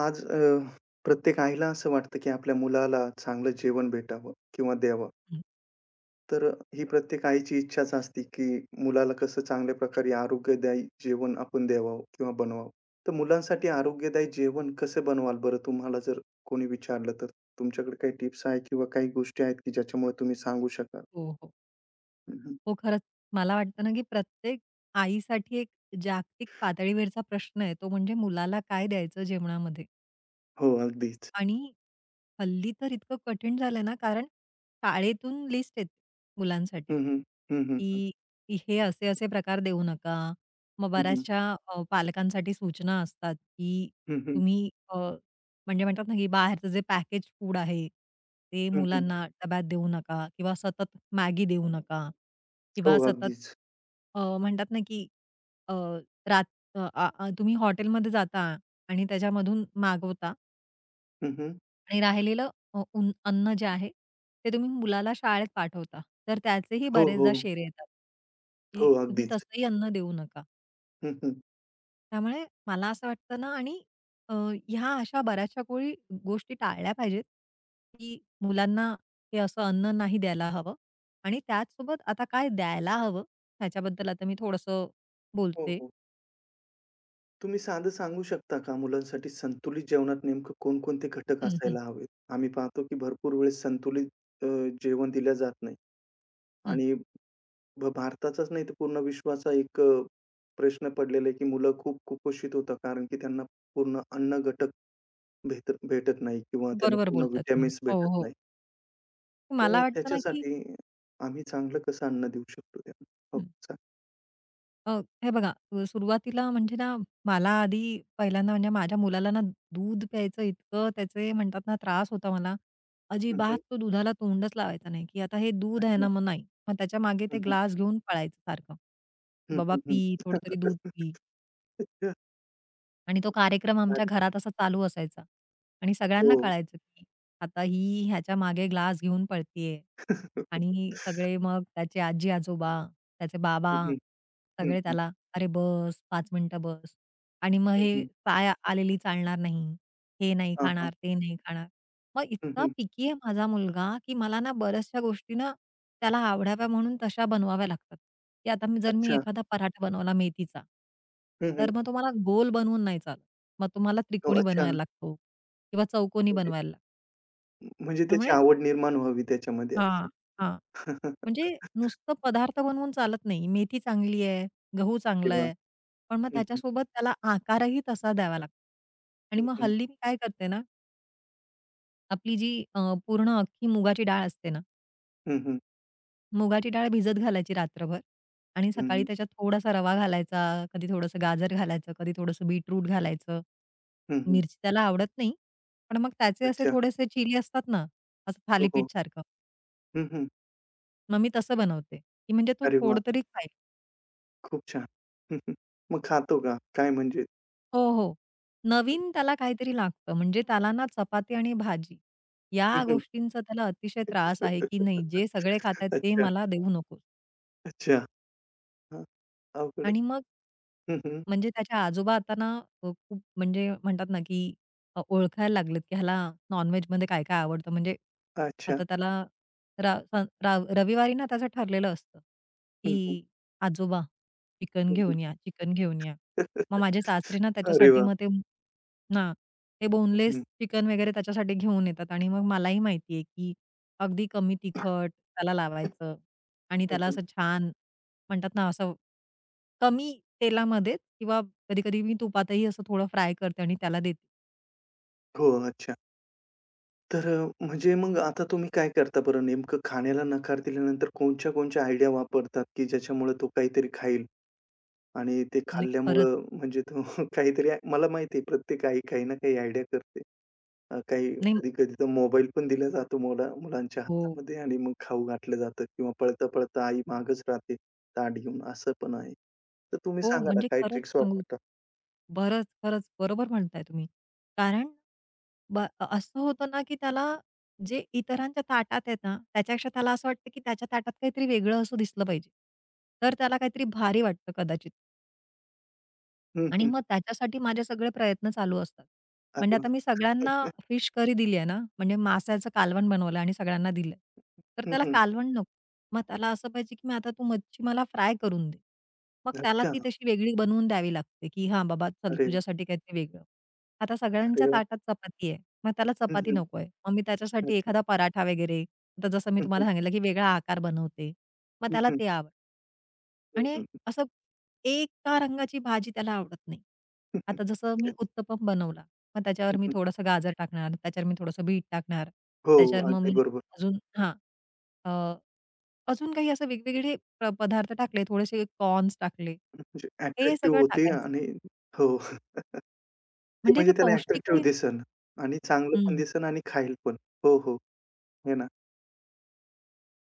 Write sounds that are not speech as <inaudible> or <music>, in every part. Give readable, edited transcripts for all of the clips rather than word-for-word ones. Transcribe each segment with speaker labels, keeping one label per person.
Speaker 1: आज प्रत्येक आईला असं वाटतं, की आपल्या मुलाला चांगलं जेवण भेटावं किंवा द्यावं.
Speaker 2: हं.
Speaker 1: तर ही प्रत्येक आईची इच्छाच असते, की मुलाला कसं चांगल्या प्रकारे आरोग्यदायी जेवण आपण द्यावं किंवा बनवावं. तर मुलांसाठी आरोग्यदायी जेवण कसं बनवाल बरं? तुम्हाला जर कोणी विचारलं तर? तुमच्याकडे काही टिप्स आहे किंवा काही गोष्टी आहेत, की ज्याच्यामुळे तुम्ही सांगू शकाल?
Speaker 2: हो, हो.
Speaker 1: हं,
Speaker 2: हो, खरंच. मला वाटतं ना, की प्रत्येक आईसाठी एक जागतिक पातळीवरचा प्रश्न आहे, तो म्हणजे मुलाला काय द्यायचं जेवणामध्ये?
Speaker 1: हो, अगदीच.
Speaker 2: आणि हल्ली तर इतकं कठीण झालंय ना, कारण शाळेतून लिस्ट येते मुलांसाठी,
Speaker 1: हं, हं. हं, हं, हं.
Speaker 2: की की हे असे-असे प्रकार देऊ नका. मग
Speaker 1: हं, हं.
Speaker 2: बऱ्याचशा पालकांसाठी सूचना असतात, की
Speaker 1: हं,
Speaker 2: तुम्ही म्हणजे म्हणतात ना, की बाहेरचं जे पॅकेज फूड आहे, ते मुलांना डब्यात देऊ नका किंवा सतत मॅगी देऊ नका
Speaker 1: हो,
Speaker 2: किंवा सतत
Speaker 1: अगदीच.
Speaker 2: म्हणतात ना, की अ, रात अ, आ, आ- तुम्ही हॉटेलमध्ये जाता आणि त्याच्यामधून मागवता.
Speaker 1: हं, हं.
Speaker 2: आणि राहिलेलं अन्न जे आहे, ते तुम्ही मुलाला शाळेत पाठवता. तर त्याचेही
Speaker 1: हो, हो.
Speaker 2: बरेचदा शेरे येतात,
Speaker 1: हो,
Speaker 2: की तुम्ही
Speaker 1: अगदीच.
Speaker 2: तसंही अन्न देऊ नका.
Speaker 1: हं, हं.
Speaker 2: त्यामुळे मला असं वाटतं ना आणि अ, ह्या अशा बऱ्याचशा गोष्टी टाळल्या पाहिजेत, की मुलांना हे असं अन्न नाही द्यायला हवं आणि त्याचसोबत आता काय द्यायला हवं, ह्याच्याबद्दल आता मी थोडंसं
Speaker 1: हो,
Speaker 2: बोलते.
Speaker 1: हो. तुम्ही साधं सांगू शकता का मुलांसाठी संतुलित जेवणात नेमकं कोणकोणते घटक
Speaker 2: हं, हं,
Speaker 1: असायला हवेत? आम्ही पाहतो की भरपूर वेळेस संतुलित अ, जेवण दिलं जात नाही
Speaker 2: हं.
Speaker 1: आणि भारताचाच नाही तर पूर्ण विश्वाचा एक प्रश्न पडलेला आहे की मुलं खूप कुपोषित होतात कारण की त्यांना पूर्ण अन्न घटक भेटत नाही किंवा त्यांना
Speaker 2: बरोबर
Speaker 1: पूर्ण
Speaker 2: बोलताय तुम्ही.
Speaker 1: व्हिटॅमिन्स
Speaker 2: हो,
Speaker 1: भेटत
Speaker 2: हो.
Speaker 1: नाही. तर
Speaker 2: मला वाटतं ना, की
Speaker 1: त्याच्यासाठी आम्ही चांगलं कसं अन्न देऊ शकतो त्यांना? हो, सांग.
Speaker 2: अ, हे बघा, सुरुवातीला म्हणजे ना, मला आधी पहिल्यांदा म्हणजे माझ्या मुलाला ना, दूध प्यायचं इतकं त्याचे म्हणतात ना, त्रास होता मला.
Speaker 1: हं, हं.
Speaker 2: अजिबात तो दुधाला तोंडच लावायचा नाही, की आता हे दूध आहे
Speaker 1: अच्छा.
Speaker 2: ना, मग नाही. मग त्याच्यामागे ते
Speaker 1: हं, हं.
Speaker 2: ग्लास घेऊन पळायचं सारखं, की
Speaker 1: हं,
Speaker 2: "बाबा
Speaker 1: हं, हं.
Speaker 2: पी, थोडं तरी दूध पी."
Speaker 1: <laughs> अच्छा.
Speaker 2: आणि तो कार्यक्रम
Speaker 1: भारी.
Speaker 2: आमच्या घरात असा चालू असायचा आणि सगळ्यांना
Speaker 1: हो.
Speaker 2: कळायचं, की आता ही ह्याच्या मागे ग्लास घेऊन पळतीये आणि सगळे मग त्याचे आजी-आजोबा, त्याचे बाबा
Speaker 1: हं, हं. हं,
Speaker 2: सगळे
Speaker 1: हं.
Speaker 2: त्याला, "अरे बस, पाच मिनिटं बस." आणि मग
Speaker 1: हं,
Speaker 2: हे,
Speaker 1: हं.
Speaker 2: "पाय आलेली चालणार नाही, हे नाही
Speaker 1: हां, हां.
Speaker 2: खाणार, ते नाही खाणार." मग
Speaker 1: हं,
Speaker 2: इतका
Speaker 1: हं.
Speaker 2: पिकी आहे माझा मुलगा, की मला ना बऱ्याचशा गोष्टी ना त्याला आवडाव्या म्हणून तशा बनवाव्या लागतात, की आता जर मी
Speaker 1: अच्छा.
Speaker 2: एखादा पराठा बनवला मेथीचा,
Speaker 1: हं, हं.
Speaker 2: तर मग तुम्हाला गोल बनवून नाही चालत. मग तुम्हाला
Speaker 1: हो,
Speaker 2: त्रिकोणी
Speaker 1: अच्छा.
Speaker 2: बनवायला लागतो किंवा चौकोनी
Speaker 1: म्हणजे
Speaker 2: बनवायला लागतो.
Speaker 1: म्हणजे त्याची
Speaker 2: त्यामुळे
Speaker 1: आवड निर्माण व्हावी त्याच्यामध्ये असं.
Speaker 2: हां, हां. म्हणजे
Speaker 1: <laughs>
Speaker 2: नुसतं पदार्थ बनवून चालत नाही. मेथी चांगली आहे, गहू
Speaker 1: अरे
Speaker 2: चांगला
Speaker 1: वाह!
Speaker 2: आहे, पण मग
Speaker 1: हं, हं.
Speaker 2: त्याच्यासोबत त्याला आकारही तसा द्यावा लागतो. आणि
Speaker 1: हं,
Speaker 2: मग
Speaker 1: हं.
Speaker 2: हल्ली मी काय करते ना, आपली जी पूर्ण अख्खी मुगाची डाळ असते ना,
Speaker 1: हं, हं.
Speaker 2: मुगाची डाळ भिजत घालायची रात्रभर आणि
Speaker 1: हं,
Speaker 2: सकाळी
Speaker 1: हं.
Speaker 2: त्याच्यात थोडासा रवा घालायचा, कधी थोडंसं गाजर घालायचं, कधी थोडंसं बीटरूट घालायचं.
Speaker 1: हं, हं.
Speaker 2: मिरची त्याला आवडत नाही, पण मग त्याचे असे
Speaker 1: अच्छा.
Speaker 2: थोडेसे चिली असतात ना, असं
Speaker 1: हो, हो.
Speaker 2: थालीपीठसारखं.
Speaker 1: हं, हं.
Speaker 2: मग मी तसं बनवते, की म्हणजे तो
Speaker 1: अरे वाह!
Speaker 2: थोडं तरी खाईल.
Speaker 1: खूप छान. हं, हं. मग खातो का? काय म्हणजे?
Speaker 2: हो, हो. नवीन त्याला काहीतरी लागतं. म्हणजे त्याला ना चपाती आणि भाजी
Speaker 1: हं,
Speaker 2: या
Speaker 1: हं.
Speaker 2: गोष्टींचा त्याला अतिशय त्रास आहे, की
Speaker 1: <laughs>
Speaker 2: नाही जे सगळे खातायत ते
Speaker 1: अच्छा,
Speaker 2: मला देऊ नकोस.
Speaker 1: अच्छा. हां. अवघड
Speaker 2: आणि मग
Speaker 1: आहे. हं, हं.
Speaker 2: म्हणजे त्याच्या आजोबा आता ना खूप म्हणजे म्हणतात ना, की ओळखायला लागलेत, की ह्याला नॉन-व्हेजमध्ये काय-काय आवडतं. म्हणजे
Speaker 1: अच्छा.
Speaker 2: आता त्याला रा स राव रविवारी ना त्याचं ठरलेलं असतं,
Speaker 1: हं, हं.
Speaker 2: की आजोबा चिकन
Speaker 1: हं, हं.
Speaker 2: घेऊन या, चिकन घेऊन या. मग माझे
Speaker 1: <laughs>
Speaker 2: सासरे ना
Speaker 1: अरे
Speaker 2: त्याच्यासाठी
Speaker 1: वाह!
Speaker 2: मग ते ना, ते
Speaker 1: हं,
Speaker 2: बोनलेस
Speaker 1: हं.
Speaker 2: चिकन वगैरे त्याच्यासाठी घेऊन येतात आणि मग मलाही माहिती की अगदी कमी तिखट त्याला लावायचं आणि
Speaker 1: हं,
Speaker 2: त्याला
Speaker 1: हं.
Speaker 2: असं छान म्हणतात ना असं कमी तेलामध्ये किंवा कधी-कधी मी तुपातही असं थोडं फ्राय करते आणि त्याला देते.
Speaker 1: हो, अच्छा. तर म्हणजे मग आता तुम्ही काय करता बरं? नेमकं खाण्याला नकार दिल्यानंतर कोणत्या-कोणत्या आयडिया वापरतात, की ज्याच्यामुळे तो काहीतरी खाईल आणि ते
Speaker 2: नाही. परत
Speaker 1: खाल्ल्यामुळं म्हणजे तो <laughs> काहीतरी मला माहिती आहे प्रत्येक आई काही ना काही आयडिया करते. काही
Speaker 2: नाही.
Speaker 1: कधी-कधी तर मोबाईल पण दिला जातो मुलांच्या
Speaker 2: हो,
Speaker 1: हातामध्ये आणि मग खाऊ घातलं जातं किंवा पळता-पळता आई मागच राहते ताट घेऊन, असं पण आहे. तर तुम्ही
Speaker 2: हो,
Speaker 1: सांगा ना
Speaker 2: म्हणजे
Speaker 1: काय
Speaker 2: खरंच
Speaker 1: ट्रिक्स
Speaker 2: सांगू,
Speaker 1: वापरता?
Speaker 2: खरंच बरोबर म्हणताय तुम्ही. कारण ब असं होतं ना, की त्याला जे इतरांच्या ताटात आहेत ना, त्याच्यापेक्षा त्याला असं वाटतं, की त्याच्या ताटात काहीतरी वेगळं असं दिसलं पाहिजे. तर त्याला काहीतरी भारी वाटतं कदाचित.
Speaker 1: हं,
Speaker 2: आणि
Speaker 1: हं.
Speaker 2: मग त्याच्यासाठी माझे सगळे प्रयत्न चालू असतात.
Speaker 1: अरे
Speaker 2: म्हणजे आता
Speaker 1: वाह!
Speaker 2: मी
Speaker 1: हं,
Speaker 2: सगळ्यांना
Speaker 1: हं. <laughs>
Speaker 2: फिश करी दिली आहे ना, म्हणजे माश्याचं कालवण बनवलं आणि सगळ्यांना दिलं. तर त्याला कालवण नको. मग त्याला असं पाहिजे, की मग आता तू मच्छी मला फ्राय करून दे. मग त्याला
Speaker 1: अच्छा.
Speaker 2: ती तशी वेगळी बनवून द्यावी लागते, की "हां बाबा, चल
Speaker 1: अरे,
Speaker 2: तुझ्यासाठी काहीतरी वेगळं." आता सगळ्यांच्या
Speaker 1: अरे वाह!
Speaker 2: ताटात चपाती आहे. मग त्याला
Speaker 1: हं,
Speaker 2: चपाती
Speaker 1: हं.
Speaker 2: नको आहे. मग मी त्याच्यासाठी
Speaker 1: अच्छा.
Speaker 2: एखादा पराठा वगैरे, आता जसं मी
Speaker 1: हं,
Speaker 2: तुम्हाला
Speaker 1: हं.
Speaker 2: सांगितलं, की वेगळा आकार बनवते. मग
Speaker 1: हं,
Speaker 2: त्याला
Speaker 1: हं.
Speaker 2: ते आवडतं.
Speaker 1: हं,
Speaker 2: आणि
Speaker 1: हं.
Speaker 2: असं एका रंगाची भाजी त्याला आवडत नाही. आता जसं मी उत्तपम बनवला, मग
Speaker 1: हं,
Speaker 2: त्याच्यावर मी
Speaker 1: हं.
Speaker 2: थोडंसं गाजर टाकणार, त्याच्यावर मी थोडंसं बीट टाकणार,
Speaker 1: हो,
Speaker 2: त्याच्यावर मग
Speaker 1: अगदी
Speaker 2: मी
Speaker 1: बरोबर.
Speaker 2: अजून हां. अ, अजून काही असं वेगवेगळे पदार्थ टाकले, थोडेसे कॉर्न्स टाकले.
Speaker 1: म्हणजे
Speaker 2: हे
Speaker 1: अट्रॅक्टिव्ह
Speaker 2: सगळं
Speaker 1: होते
Speaker 2: टाकायचं.
Speaker 1: आणि हो, ते
Speaker 2: म्हणजे
Speaker 1: म्हणजे
Speaker 2: ते
Speaker 1: त्याला अट्रॅक्टिव्ह
Speaker 2: पौष्टिकही
Speaker 1: दिसेल आणि चांगलं पण
Speaker 2: हं.
Speaker 1: दिसेल आणि खाईल पण. हो, हो. आहे ना.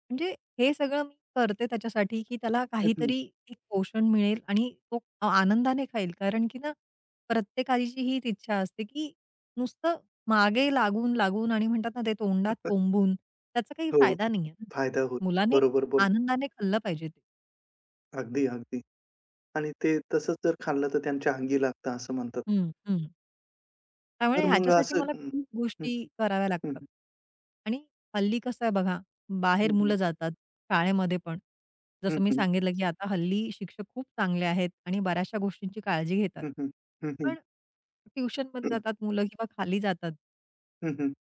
Speaker 2: म्हणजे हे सगळं मी करते त्याच्यासाठी, की त्याला
Speaker 1: हं, हं.
Speaker 2: काहीतरी एक पोषण मिळेल आणि तो आनंदाने खाईल. कारण की ना, प्रत्येकाची हीच इच्छा असते, की नुसतं मागे लागून, लागून आणि म्हणतात ना, ते तोंडात कोंबून त्याचा काही
Speaker 1: हो,
Speaker 2: फायदा नाहीये.
Speaker 1: फायदा होईल.
Speaker 2: मुलाने
Speaker 1: बरोबर बोललात.
Speaker 2: आनंदाने खाल्लं पाहिजे ते.
Speaker 1: अगदी, अगदी. आणि ते तसंच जर खाल्लं तर त्यांच्या अंगी लागतं असं म्हणतात.
Speaker 2: हं, हं.
Speaker 1: तर
Speaker 2: त्यामुळे
Speaker 1: मग
Speaker 2: ह्याच्यासाठी
Speaker 1: असं
Speaker 2: मला
Speaker 1: हं,
Speaker 2: खूप
Speaker 1: हं,
Speaker 2: गोष्टी कराव्या
Speaker 1: हं,
Speaker 2: लागतात. आणि हल्ली कसं आहे बघा, बाहेर
Speaker 1: हं, हं.
Speaker 2: मुलं जातात शाळेमध्ये पण.
Speaker 1: हं,
Speaker 2: जसं मी
Speaker 1: हं.
Speaker 2: सांगितलं, की आता हल्ली शिक्षक खूप चांगले आहेत आणि बऱ्याचशा गोष्टींची काळजी घेतात.
Speaker 1: हं, हं. हं, हं.
Speaker 2: पण ट्युशनमध्ये जातात मुलं किंवा खाली जातात,
Speaker 1: हं, हं.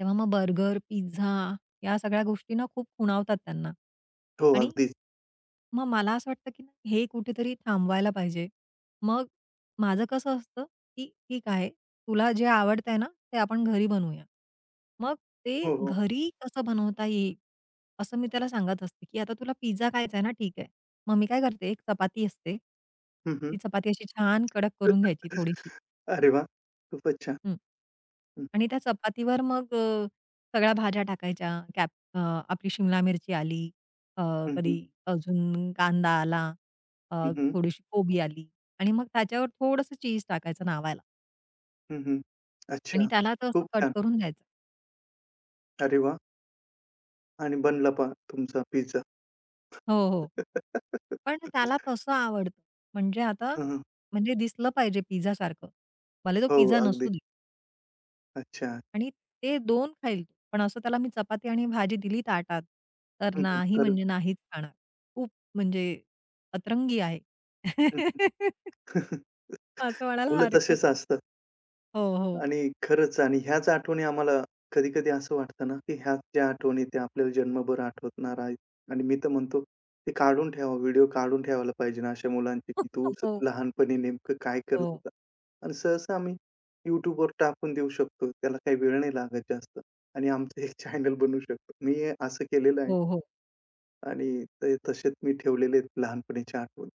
Speaker 2: तेव्हा मग बर्गर, पिझ्झा या सगळ्या गोष्टी खूप खुणावतात त्यांना.
Speaker 1: हो,
Speaker 2: आणि
Speaker 1: अगदीच.
Speaker 2: मग मला असं वाटतं, की हे कुठेतरी थांबवायला पाहिजे. मग माझं कसं असतं, की ठीक आहे, तुला जे आवडतंय ना, ते आपण घरी बनवूया. मग ते
Speaker 1: हो, हो.
Speaker 2: घरी कसं बनवता येईल, असं मी त्याला सांगत असते, की आता तुला पिझ्झा खायचा आहे ना, ठीक आहे. मग मी काय करते, एक चपाती असते.
Speaker 1: हं, हं.
Speaker 2: ती चपाती अशी छान कडक करून घ्यायची थोडीशी.
Speaker 1: अरे वाह! खूपच छान.
Speaker 2: आणि त्या चपातीवर मग सगळ्या भाज्या टाकायच्या. आपली शिमला मिरची आली, अ,
Speaker 1: हं,
Speaker 2: कधी
Speaker 1: हं.
Speaker 2: अजून कांदा आला, अ,
Speaker 1: हं, हं.
Speaker 2: थोडीशी कोबी आली आणि मग त्याच्यावर थोडंसं चीज टाकायचं नावायला,
Speaker 1: हं, हं.
Speaker 2: आणि
Speaker 1: अच्छा.
Speaker 2: त्याला तो असं
Speaker 1: खूप
Speaker 2: कट
Speaker 1: छान.
Speaker 2: करून द्यायचा.
Speaker 1: अरे वाह! आणि बनला पहा तुमचा पिझ्झा.
Speaker 2: हो, हो.
Speaker 1: <laughs>
Speaker 2: पण त्याला तसं आवडतं. म्हणजे आता
Speaker 1: हं, हं.
Speaker 2: म्हणजे दिसलं पाहिजे पिझ्झासारखं. भले तो
Speaker 1: हो,
Speaker 2: पिझ्झा
Speaker 1: अगदी.
Speaker 2: नसू दे.
Speaker 1: अच्छा.
Speaker 2: आणि ते दोन खाईल तो. पण असं त्याला मी चपाती आणि भाजी दिली ताटात, तर
Speaker 1: हं, हं.
Speaker 2: नाही
Speaker 1: तर
Speaker 2: म्हणजे नाहीच खाणार. खूप म्हणजे अतरंगी आहे.
Speaker 1: हं.
Speaker 2: <laughs>
Speaker 1: <laughs>
Speaker 2: असं म्हणायला
Speaker 1: मुलं
Speaker 2: हरकत
Speaker 1: तसेच असतात.
Speaker 2: हो, हो.
Speaker 1: आणि खरंच आणि ह्याच आठवणी आम्हाला कधी-कधी असं वाटतं ना, की ह्याच ज्या आठवणी त्या आपल्याला जन्मभर आठवणार आहेत. आणि मी तर म्हणतो ते काढून ठेवा, व्हिडिओ काढून ठेवायला पाहिजे ना अशा मुलांचे, की तू
Speaker 2: <laughs> हो,
Speaker 1: लहानपणी नेमकं काय करत
Speaker 2: हो,
Speaker 1: होता? आणि सहसा आम्ही YouTubeवर टाकून देऊ शकतो. त्याला काही वेळ नाही लागत जास्त आणि आमचं एक <laughs> चॅनल बनवू शकतो. मी हे असं केलेलं आहे.
Speaker 2: हो, हो.
Speaker 1: आणि ते तसेच मी ठेवलेले आहेत लहानपणीच्या आठवणी.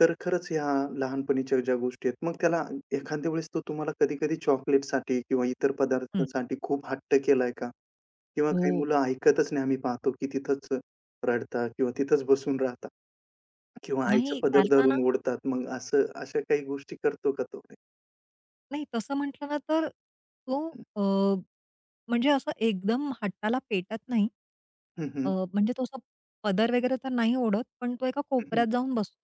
Speaker 1: तर खरंच ह्या लहानपणीच्या ज्या गोष्टी आहेत, मग त्याला एखाद्या वेळेस तो तुम्हाला कधी-कधी चॉकलेटसाठी किंवा इतर
Speaker 2: हं.
Speaker 1: पदार्थांसाठी खूप हट्ट केलाय का? किंवा
Speaker 2: हो.
Speaker 1: काही मुलं ऐकतच नाही आम्ही पाहतो, की तिथंच रडतात किंवा तिथंच बसून राहतात किंवा आईचं
Speaker 2: नाही
Speaker 1: पदर
Speaker 2: त्याला ना,
Speaker 1: धरून ओढतात. मग असं अशा काही गोष्टी करतो का तो?
Speaker 2: नाही तसं म्हटलं ना तर तो अ, म्हणजे असं एकदम हट्टाला पेटत नाही.
Speaker 1: हं,
Speaker 2: अ,
Speaker 1: हं.
Speaker 2: म्हणजे तो असा पदर वगैरे तर नाही ओढत, पण तो एका
Speaker 1: हं,
Speaker 2: कोपऱ्यात जाऊन बसतो.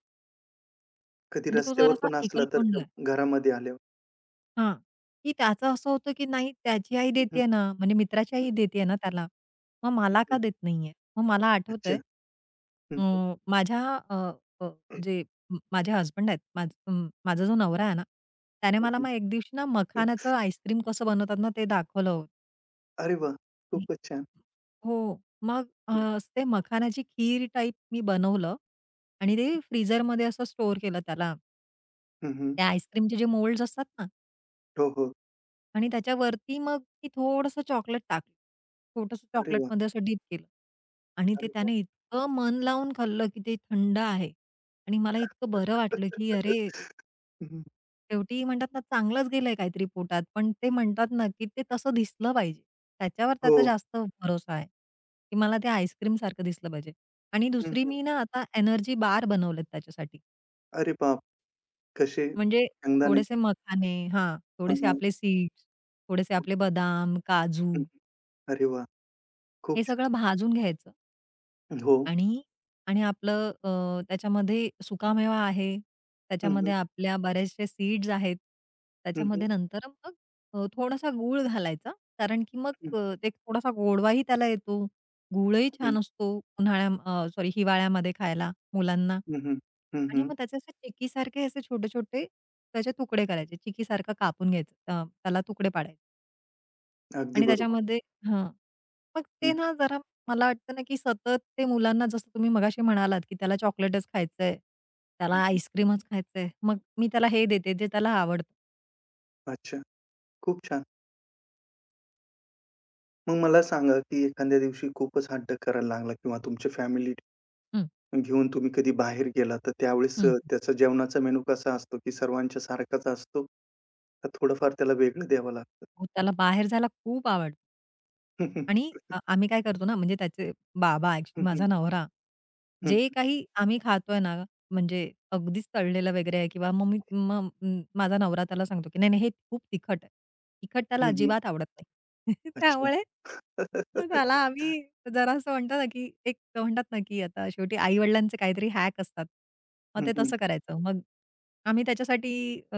Speaker 1: कधी
Speaker 2: म्हणजे तो
Speaker 1: रस्त्यावर
Speaker 2: जरासा
Speaker 1: पण असला तर का
Speaker 2: एकलकोंडा
Speaker 1: घरामध्ये आल्यावर?
Speaker 2: हां, की त्याचं असं होतं, की नाही त्याची आई
Speaker 1: हं, हं.
Speaker 2: देतेय ना, म्हणजे मित्राची आई देतेय ना त्याला, मग
Speaker 1: हं,
Speaker 2: मला का
Speaker 1: हं.
Speaker 2: देत नाहीये? मग मला
Speaker 1: अच्छा.
Speaker 2: आठवतंय अ, माझ्या अ, अ, जे माझे हसबंड आहेत, माझा जो नवरा आहे ना, त्याने
Speaker 1: हं,
Speaker 2: मला
Speaker 1: हं.
Speaker 2: मग एक दिवशी ना मखानाचं आईस्क्रीम कसं बनवतात ना ते दाखवलं होतं.
Speaker 1: अरे वाह! खूपच छान.
Speaker 2: हो, मग असं ते मखानाची खीर टाईप मी बनवलं आणि ते फ्रीझरमध्ये असं स्टोअर केलं त्याला.
Speaker 1: हं, हं.
Speaker 2: त्या आईस्क्रीमचे जे मोल्ड्स असतात ना,
Speaker 1: हो, हो.
Speaker 2: आणि त्याच्यावरती मग ती थोडंसं चॉकलेट टाकलं. छोटंसं
Speaker 1: अरे वाह!
Speaker 2: चॉकलेटमध्ये असं डीप केलं आणि ते
Speaker 1: अरे वाह!
Speaker 2: त्याने इतकं मन लावून खाल्लं, की ते थंड आहे आणि मला इतकं बरं वाटलं, की अरे,
Speaker 1: हं, हं.
Speaker 2: शेवटी म्हणतात ना, चांगलंच गेलंय काहीतरी पोटात. पण ते म्हणतात ना, की ते तसं दिसलं पाहिजे. त्याच्यावर त्याचा
Speaker 1: हो.
Speaker 2: जास्त भरोसा आहे, की मला ते आईस्क्रीमसारखं दिसलं पाहिजे. आणि
Speaker 1: हं,
Speaker 2: दुसरी
Speaker 1: हं.
Speaker 2: मी ना आता एनर्जी बार बनवलेत त्याच्यासाठी.
Speaker 1: अरे बाप! कसे?
Speaker 2: म्हणजे
Speaker 1: शेंगदाण्याचे
Speaker 2: थोडेसे मखाने हां,
Speaker 1: हां,
Speaker 2: थोडेसे
Speaker 1: हां.
Speaker 2: आपले सीड्स, थोडेसे आपले
Speaker 1: ओके.
Speaker 2: बदाम, काजू
Speaker 1: हं, अरे वाह! खूप
Speaker 2: हे
Speaker 1: छान.
Speaker 2: सगळं भाजून घ्यायचं
Speaker 1: हो.
Speaker 2: आणि आणि आपलं त्याच्यामध्ये सुकामेवा आहे,
Speaker 1: हं, हं.
Speaker 2: त्याच्यामध्ये आपल्या बऱ्याचशा सीड्स आहेत.
Speaker 1: हं, हं.
Speaker 2: त्याच्यामध्ये नंतर मग थोडासा गूळ घालायचा. कारण की मग
Speaker 1: हं,
Speaker 2: ते थोडासा गोडवाही त्याला येतो. गूळही
Speaker 1: हं.
Speaker 2: छान असतो उन्हाळ्या सॉरी, हिवाळ्यामध्ये खायला मुलांना.
Speaker 1: हं, हं. हं,
Speaker 2: आणि
Speaker 1: हं.
Speaker 2: मग त्याचे असे चिक्कीसारखे असे छोटे-छोटे त्याचे तुकडे करायचे. चिक्कीसारखं कापून घ्यायचं. त्याला तुकडे पाडायचे.
Speaker 1: अगदी
Speaker 2: आणि
Speaker 1: बरोबर.
Speaker 2: त्याच्यामध्ये हां. मग ते
Speaker 1: हं,
Speaker 2: ना जरा मला वाटतं ना, की सतत ते मुलांना जसं तुम्ही मगाशी म्हणालात, की त्याला चॉकलेटच खायचंय, त्याला
Speaker 1: हं, हं.
Speaker 2: आईस्क्रीमच खायचंय. मग मी त्याला हे देते जे त्याला आवडतं.
Speaker 1: अच्छा. खूप छान. मग मला सांगा, की एखाद्या दिवशी खूपच हट्ट करायला लागला किंवा तुमच्या फॅमिली
Speaker 2: हं,
Speaker 1: घेऊन तुम्ही कधी बाहेर गेला, तर त्यावेळेस
Speaker 2: हं, हं.
Speaker 1: त्याचा जेवणाचा मेनू कसा असतो, की सर्वांच्या सारखाच असतो? का थोडंफार त्याला वेगळं द्यावं लागतं?
Speaker 2: हो, त्याला बाहेर जायला खूप आवडतं
Speaker 1: हं, हं.
Speaker 2: आणि आम्ही काय करतो ना, म्हणजे त्याचे बाबा
Speaker 1: हं,
Speaker 2: ॲक्चुअली
Speaker 1: हं.
Speaker 2: माझा नवरा
Speaker 1: हं.
Speaker 2: जे काही आम्ही खातोय ना, म्हणजे अगदीच तळलेलं वगैरे आहे किंवा मग मी मग म माझा नवरा त्याला सांगतो, की "नाही, नाही, हे खूप तिखट आहे." तिखट त्याला
Speaker 1: हं,
Speaker 2: अजिबात आवडत नाही. <laughs>
Speaker 1: अच्छा.
Speaker 2: त्यामुळे त्याला
Speaker 1: <laughs>
Speaker 2: आम्ही जरा असं म्हणतो ना, की एक म्हणतात ना, की आता शेवटी आई-वडिलांचे काहीतरी हॅक असतात. मग
Speaker 1: हं,
Speaker 2: ते
Speaker 1: हं.
Speaker 2: तसं करायचं. मग आम्ही त्याच्यासाठी अ,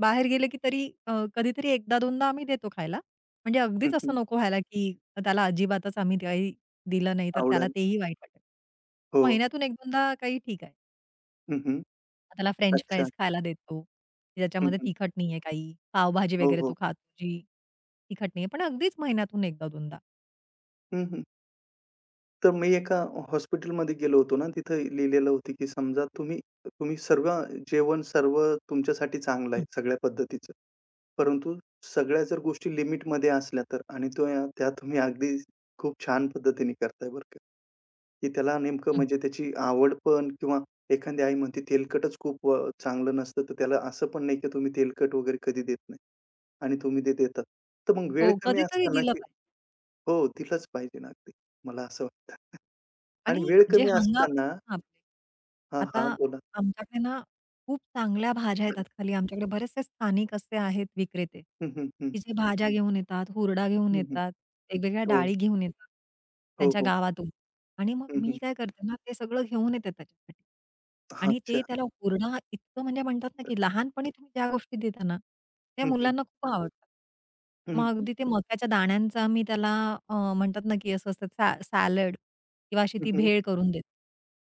Speaker 2: बाहेर गेले की तरी कधीतरी एकदा दोनदा आम्ही देतो खायला. म्हणजे
Speaker 1: हं,
Speaker 2: अगदीच असं
Speaker 1: हं.
Speaker 2: नको व्हायला, की त्याला अजिबातच आम्ही काही दिलं नाही तर त्याला
Speaker 1: आवडेल.
Speaker 2: तेही वाईट वाटेल.
Speaker 1: हो.
Speaker 2: महिन्यातून 1-2दा काही ठीक आहे.
Speaker 1: हं, हं.
Speaker 2: मग त्याला फ्रेंच
Speaker 1: अच्छा.
Speaker 2: फ्राईज खायला देतो.
Speaker 1: हं,
Speaker 2: ज्याच्यामध्ये
Speaker 1: हं.
Speaker 2: तिखट नाहीये काही. पावभाजी
Speaker 1: हो,
Speaker 2: वगैरे
Speaker 1: हो.
Speaker 2: तो खातो जी तिखट नाहीये. पण अगदीच महिन्यातून 1दा-2दा.
Speaker 1: हं, हं. तर मी एका हॉस्पिटलमध्ये गेलो होतो ना, तिथं लिहिलेलं होतं, की समजा तुम्ही तुम्ही सर्व जेवण सर्व तुमच्यासाठी चांगलं आहे,
Speaker 2: हं,
Speaker 1: सगळ्या पद्धतीचं. परंतु सगळ्या जर गोष्टी लिमिटमध्ये असल्या तर आणि तो या त्या तुम्ही अगदी खूप छान पद्धतीने करताय बरं का, की त्याला नेमकं
Speaker 2: हं.
Speaker 1: म्हणजे त्याची आवड पण किंवा एखादी आई म्हणते तेलकटच खूप चांगलं नसतं, तर त्याला असं पण नाही की तुम्ही तेलकट वगैरे कधी देत नाही आणि तुम्ही ते देतात. तर मग वेळ
Speaker 2: हो,
Speaker 1: कमी
Speaker 2: कधीतरी
Speaker 1: असताना
Speaker 2: दिलं
Speaker 1: की
Speaker 2: पाहिजे.
Speaker 1: हो, तिलाच पाहिजे ना अगदी, मला असं वाटतं आणि
Speaker 2: आणि
Speaker 1: वेळ
Speaker 2: जे
Speaker 1: कमी
Speaker 2: हंगाम
Speaker 1: असताना
Speaker 2: असतात ना आपले,
Speaker 1: हां,
Speaker 2: आता
Speaker 1: हां, बोला.
Speaker 2: आमच्याकडे ना खूप चांगल्या भाज्या येतात खाली. आमच्याकडे बरेचसे स्थानिक असे आहेत विक्रेते,
Speaker 1: हं, हं, हं,
Speaker 2: की जे भाज्या घेऊन येतात, हुरडा घेऊन
Speaker 1: हं, हं.
Speaker 2: येतात, वेगवेगळ्या
Speaker 1: हो,
Speaker 2: डाळी घेऊन येतात
Speaker 1: हो,
Speaker 2: त्यांच्या
Speaker 1: हो.
Speaker 2: गावातून. आणि मग
Speaker 1: हं,
Speaker 2: मी
Speaker 1: हं.
Speaker 2: काय करते ना, ते सगळं घेऊन येते त्याच्यासाठी. आणि
Speaker 1: अच्छा.
Speaker 2: ते त्याला हुरडा इतकं म्हणजे म्हणतात ना, की लहानपणी तुम्ही ज्या गोष्टी देता ना, त्या
Speaker 1: हं, हं.
Speaker 2: मुलांना खूप आवडतात.
Speaker 1: हं,
Speaker 2: मग
Speaker 1: हं.
Speaker 2: अगदी ते मक्याच्या दाण्यांचा मी त्याला म्हणतात ना, की असं असतं सॅलड किंवा अशी ती
Speaker 1: हं,
Speaker 2: भेळ करून देतो.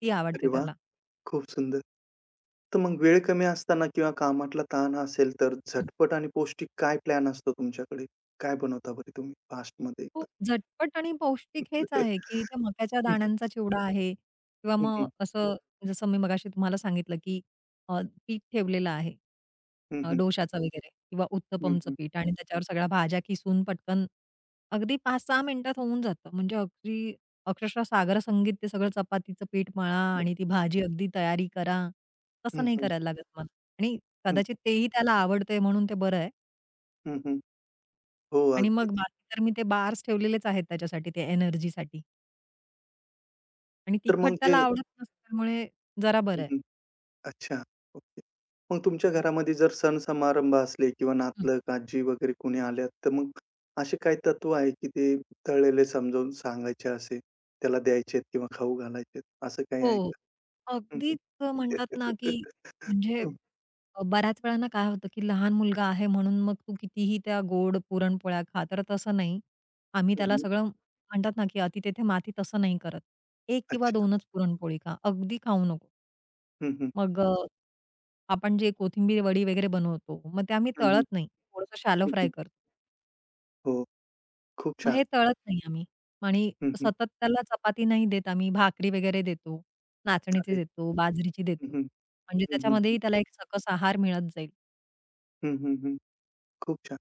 Speaker 2: ती
Speaker 1: अरे
Speaker 2: आवडते
Speaker 1: वाह!
Speaker 2: त्याला.
Speaker 1: खूप सुंदर. तर मग वेळ कमी असताना किंवा कामातला ताण असेल, तर
Speaker 2: हं.
Speaker 1: झटपट आणि पौष्टिक काय प्लॅन असतो तुमच्याकडे? काय बनवता बरं तुम्ही फास्टमध्ये
Speaker 2: खूप
Speaker 1: एकदम?
Speaker 2: झटपट आणि पौष्टिक हेच आहे,
Speaker 1: <laughs>
Speaker 2: की त्या मक्याच्या दाण्यांचा चिवडा आहे किंवा
Speaker 1: हं,
Speaker 2: मग
Speaker 1: हं.
Speaker 2: असं जसं मी मगाशी तुम्हाला सांगितलं, की अ, पीठ ठेवलेलं आहे.
Speaker 1: हं, हं.
Speaker 2: डोशाचं वगैरे किंवा
Speaker 1: हं,
Speaker 2: उत्तपमचं
Speaker 1: हं.
Speaker 2: पीठ आणि त्याच्यावर सगळ्या भाज्या किसून पटकन अगदी 5-6 मिनिटात होऊन जातं. म्हणजे अगदी अक्षरशः सागर संगीत ते सगळं चपातीचं पीठ मळा
Speaker 1: हं, हं.
Speaker 2: आणि ती भाजी अगदी तयारी करा. तसं
Speaker 1: हं,
Speaker 2: नाही करायला लागत मला आणि कदाचित तेही त्याला आवडतंय म्हणून ते बरं आहे.
Speaker 1: हो,
Speaker 2: आणि
Speaker 1: अगदी.
Speaker 2: मग बाकी तर मी ते बार्स ठेवलेलेच आहेत त्याच्यासाठी ते एनर्जीसाठी आणि
Speaker 1: तर
Speaker 2: तिखट
Speaker 1: मग हे
Speaker 2: त्याला आवडत नसल्यामुळे जरा
Speaker 1: हं,
Speaker 2: बरं आहे.
Speaker 1: हं. अच्छा. ओके. मग तुमच्या घरामध्ये जर सण समारंभ असले किंवा
Speaker 2: हं.
Speaker 1: नातलग, आजी वगैरे कोणी आल्या, तर मग असे काही तत्व आहे, की ते तळलेले समजावून सांगायचे असे, त्याला द्यायचे किंवा खाऊ घालायचे असं काही आहे
Speaker 2: हो,
Speaker 1: का?
Speaker 2: अगदीच म्हणतात ना,
Speaker 1: हं,
Speaker 2: की म्हणजे बऱ्याच वेळा ना काय होतं, की लहान मुलगा आहे म्हणून मग तू कितीही त्या गोड पुरणपोळ्या खा, तर तसं नाही. आम्ही
Speaker 1: हं,
Speaker 2: त्याला
Speaker 1: हं.
Speaker 2: सगळं म्हणतात ना, की "अति तेथे माती" तसं नाही करत. 1 किंवा
Speaker 1: अच्छा.
Speaker 2: 2च पुरणपोळी खा, अगदी खाऊ नको.
Speaker 1: हं, हं.
Speaker 2: मग आपण जे कोथिंबीर वडी वगैरे बनवतो, मग ते आम्ही
Speaker 1: हं, हं.
Speaker 2: तळत नाही, थोडंसं शॅलो
Speaker 1: हं,
Speaker 2: फ्राय
Speaker 1: हं.
Speaker 2: करतो.
Speaker 1: हो, खूप
Speaker 2: मग हे
Speaker 1: छान.
Speaker 2: तळत नाही आम्ही आणि
Speaker 1: हं, हं.
Speaker 2: सतत त्याला चपाती नाही देत आम्ही, भाकरी वगैरे देतो, नाचणीची
Speaker 1: अरे
Speaker 2: देतो, बाजरीची
Speaker 1: हं,
Speaker 2: देतो.
Speaker 1: हं.
Speaker 2: म्हणजे
Speaker 1: हं, हं, हं.
Speaker 2: त्याच्यामध्येही त्याला एक सकस आहार मिळत जाईल.
Speaker 1: हं, हं, हं. खूप छान.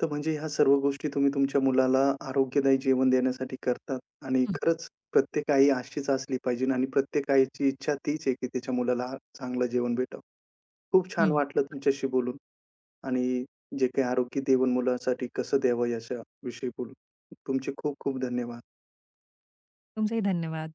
Speaker 1: तर म्हणजे ह्या सर्व गोष्टी तुम्ही तुमच्या मुलाला आरोग्यदायी जेवण देण्यासाठी करतात आणि
Speaker 2: हं,
Speaker 1: खरंच प्रत्येक आई अशीच असली पाहिजे आणि प्रत्येक आईची इच्छा तीच आहे, की तिच्या मुलाला चांगलं जेवण भेटावं. खूप छान
Speaker 2: हं.
Speaker 1: वाटलं तुमच्याशी बोलून आणि जे काही आरोग्य जेवण मुलासाठी कसं द्यावं याच्याविषयी बोलून. तुमचे खूप खूप धन्यवाद.
Speaker 2: तुमचेही धन्यवाद.